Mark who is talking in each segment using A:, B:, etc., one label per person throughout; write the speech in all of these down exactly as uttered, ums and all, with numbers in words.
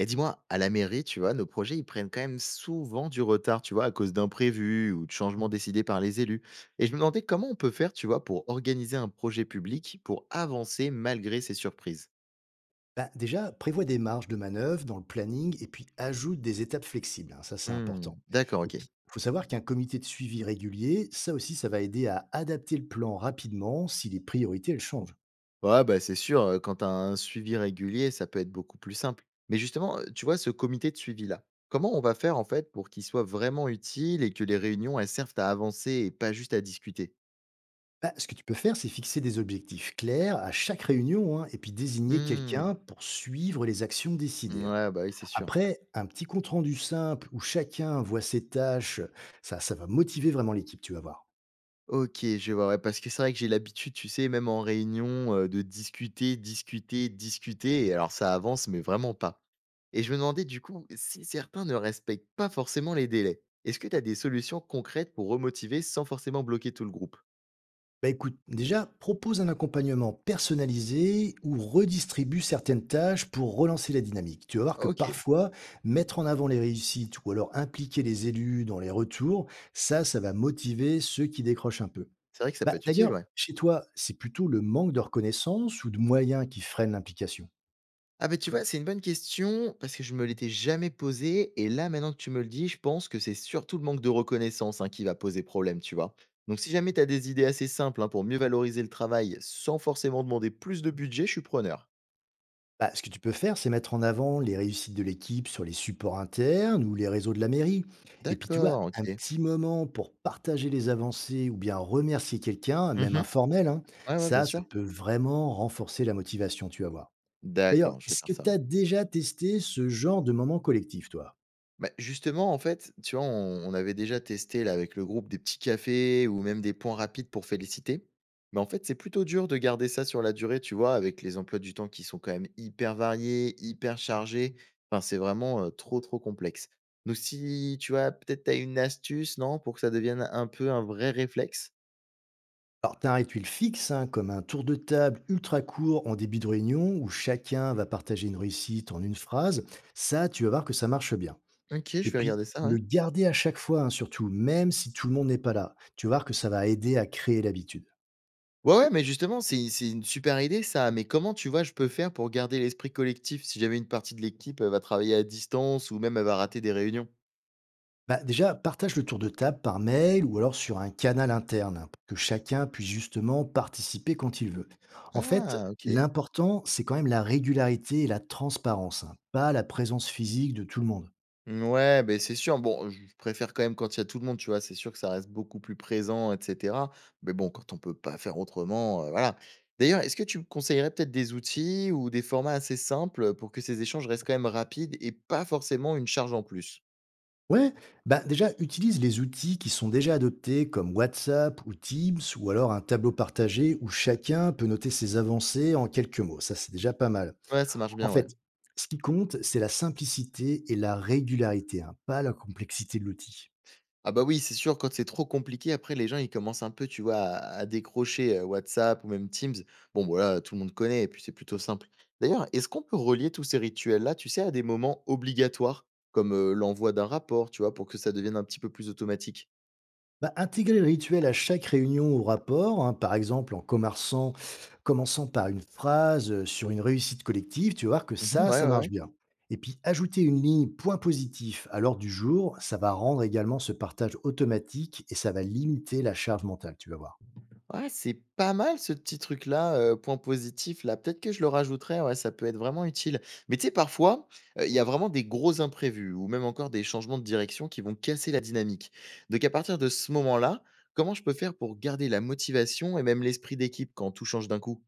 A: Et dis-moi, à la mairie, tu vois, nos projets, ils prennent quand même souvent du retard, tu vois, à cause d'imprévus ou de changements décidés par les élus. Et je me demandais comment on peut faire, tu vois, pour organiser un projet public pour avancer malgré ces surprises.
B: Bah, déjà, prévois des marges de manœuvre dans le planning et puis ajoute des étapes flexibles, hein, ça, c'est important.
A: Hmm, d'accord,
B: Et
A: ok.
B: puis, il faut savoir qu'un comité de suivi régulier, ça aussi, ça va aider à adapter le plan rapidement si les priorités, elles changent.
A: Ouais, bah c'est sûr, euh, quand t'as un suivi régulier, ça peut être beaucoup plus simple. Mais justement, euh, tu vois, ce comité de suivi-là, comment on va faire en fait pour qu'il soit vraiment utile et que les réunions, elles servent à avancer et pas juste à discuter.
B: Bah, ce que tu peux faire, c'est fixer des objectifs clairs à chaque réunion, hein, et puis désigner
A: Hmm.
B: quelqu'un pour suivre les actions décidées, hein.
A: Ouais, bah oui, c'est sûr.
B: Après, un petit compte-rendu simple où chacun voit ses tâches, ça, ça va motiver vraiment l'équipe, tu vas voir.
A: OK, je vois, ouais, parce que c'est vrai que j'ai l'habitude, tu sais, même en réunion, heu, de discuter, discuter, discuter et alors ça avance, mais vraiment pas. Et je me demandais du coup, si certains ne respectent pas forcément les délais, est-ce que tu as des solutions concrètes pour remotiver sans forcément bloquer tout le groupe?
B: Bah écoute, déjà, propose un accompagnement personnalisé ou redistribue certaines tâches pour relancer la dynamique. Tu vas voir que
A: OK,
B: parfois, mettre en avant les réussites ou alors impliquer les élus dans les retours, ça, ça va motiver ceux qui décrochent un peu.
A: c'est vrai que ça
B: Bah,
A: peut être utile,
B: d'ailleurs,
A: ouais.
B: chez toi, c'est plutôt le manque de reconnaissance ou de moyens qui freine l'implication.
A: Ah ben tu vois, c'est une bonne question parce que je me l'étais jamais posée et là, maintenant que tu me le dis, je pense que c'est surtout le manque de reconnaissance, hein, qui va poser problème, tu vois? Donc si jamais tu as des idées assez simples, hein, pour mieux valoriser le travail sans forcément demander plus de budget, je suis preneur.
B: Bah, ce que tu peux faire, c'est mettre en avant les réussites de l'équipe sur les supports internes ou les réseaux de la mairie. Et puis, tu vois,
A: D'accord,
B: un
A: OK.
B: petit moment pour partager les avancées ou bien remercier quelqu'un, même
A: Mmh.
B: informel, hein,
A: Ouais, ouais, bien
B: ça, ça
A: sûr.
B: peut vraiment renforcer la motivation, tu vas voir. D'ailleurs,
A: D'accord, je vais
B: est-ce
A: faire
B: que
A: ça,
B: tu
A: ouais.
B: as déjà testé ce genre de moment collectif, toi?
A: Bah, justement, en fait, tu vois, on, on avait déjà testé là, avec le groupe des petits cafés ou même des points rapides pour féliciter. Mais en fait, c'est plutôt dur de garder ça sur la durée, tu vois, avec les emplois du temps qui sont quand même hyper variés, hyper chargés. Enfin, c'est vraiment euh, trop, trop complexe. Donc, si tu vois, peut-être tu as une astuce, non, pour que ça devienne un peu un vrai réflexe.
B: Alors, tu as un rituel fixe, hein, comme un tour de table ultra court en début de réunion où chacun va partager une réussite en une phrase. Ça, tu vas voir que ça marche bien.
A: Ok, je
B: Et
A: vais
B: puis,
A: regarder ça, ouais.
B: le garder à chaque fois, hein, surtout, même si tout le monde n'est pas là. Tu vas voir que ça va aider à créer l'habitude.
A: Ouais, ouais, mais justement, c'est c'est une super idée ça, mais comment, tu vois, je peux faire pour garder l'esprit collectif si jamais une partie de l'équipe, elle va travailler à distance ou même elle va rater des réunions?
B: Bah, déjà, partage le tour de table par mail ou alors sur un canal interne, hein, pour que chacun puisse justement participer quand il veut. En fait,
A: Ah, OK.
B: l'important, c'est quand même la régularité et la transparence, hein, pas la présence physique de tout le monde.
A: Mmh, ouais, ben c'est sûr. Bon, je préfère quand même quand il y a tout le monde, tu vois? C'est sûr que ça reste beaucoup plus présent et cetera, mais bon, quand on peut pas faire autrement, heu, voilà. D'ailleurs, est-ce que tu me conseillerais peut-être des outils ou des formats assez simples, pour que ces échanges restent quand même rapides et pas forcément une charge en plus?
B: Ouais, bah déjà, utilise les outils qui sont déjà adoptés comme WhatsApp ou Teams ou alors un tableau partagé où chacun peut noter ses avancées en quelques mots. Ça, c'est déjà pas mal.
A: Ouais, ça marche
B: En
A: bien, ouais.
B: fait, ce qui compte, c'est la simplicité et la régularité, hein, pas la complexité de l'outil.
A: Ah bah oui, c'est sûr, quand c'est trop compliqué, après, les gens, ils commencent un peu, tu vois, à, à décrocher euh, WhatsApp ou même Teams. Bon, bah voilà, tout le monde connaît, et puis c'est plutôt simple. D'ailleurs, est-ce qu'on peut relier tous ces rituels-là, tu sais, à des moments obligatoires, comme euh, l'envoi d'un rapport, tu vois, pour que ça devienne un petit peu plus automatique.
B: Bah, intégrer le rituel à chaque réunion ou rapport, hein, par exemple en commençant, commençant par une phrase euh, sur une réussite collective, tu vas voir que
A: Mhm,
B: ça,
A: ouais,
B: ça
A: ouais,
B: marche
A: ouais.
B: bien. Et puis ajouter une ligne point positif à l'ordre du jour, ça va rendre également ce partage automatique et ça va limiter la charge mentale, tu vas voir.
A: Ouais, c'est pas mal ce petit truc-là, heu, point positif là, peut-être que je le rajouterai, ouais, ça peut être vraiment utile. Mais tu sais parfois, heu, il y a vraiment des gros imprévus ou même encore des changements de direction qui vont casser la dynamique. Donc à partir de ce moment-là, comment je peux faire pour garder la motivation et même l'esprit d'équipe quand tout change d'un coup?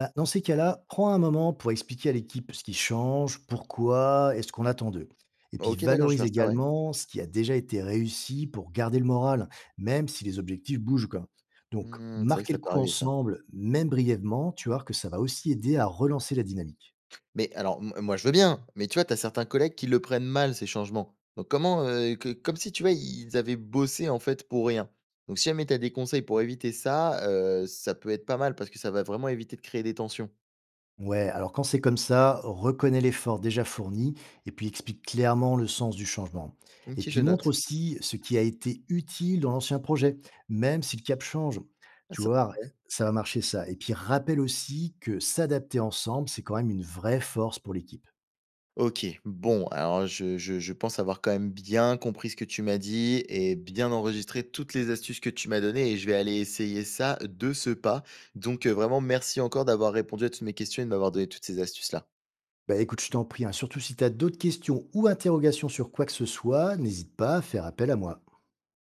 B: Bah, dans ces cas-là, prends un moment pour expliquer à l'équipe ce qui change, pourquoi et ce qu'on attend d'eux. Et puis
A: OK, d'accord, je vais
B: valorise
A: faire ça, ouais.
B: également ce qui a déjà été réussi pour garder le moral, même si les objectifs bougent, quoi. Donc,
A: Mmh, c'est vrai que
B: marquer
A: ça
B: le
A: peut
B: coup
A: arriver ça.
B: ensemble, même brièvement, tu vois que ça va aussi aider à relancer la dynamique.
A: Mais alors, m moi, je veux bien, mais tu vois, tu as certains collègues qui le prennent mal, ces changements. Donc comment, heu, que comme si, tu vois, ils avaient bossé, en fait, pour rien. Donc si jamais tu as des conseils pour éviter ça, heu, ça peut être pas mal parce que ça va vraiment éviter de créer des tensions.
B: Ouais, alors quand c'est comme ça, reconnais l'effort déjà fourni et puis explique clairement le sens du changement. Et
A: OK,
B: puis
A: je
B: montre
A: note.
B: aussi ce qui a été utile dans l'ancien projet, même si le cap change.
A: Ah
B: Tu
A: ça
B: vois,
A: ouais.
B: ça va marcher ça. Et puis rappelle aussi que s'adapter ensemble, c'est quand même une vraie force pour l'équipe.
A: OK, bon, alors je je je pense avoir quand même bien compris ce que tu m'as dit et bien enregistré toutes les astuces que tu m'as données et je vais aller essayer ça de ce pas. Donc heu, vraiment merci encore d'avoir répondu à toutes mes questions et de m'avoir donné toutes ces astuces-là.
B: Bah écoute, je t'en prie, hein, surtout si tu as d'autres questions ou interrogations sur quoi que ce soit, n'hésite pas à faire appel à moi.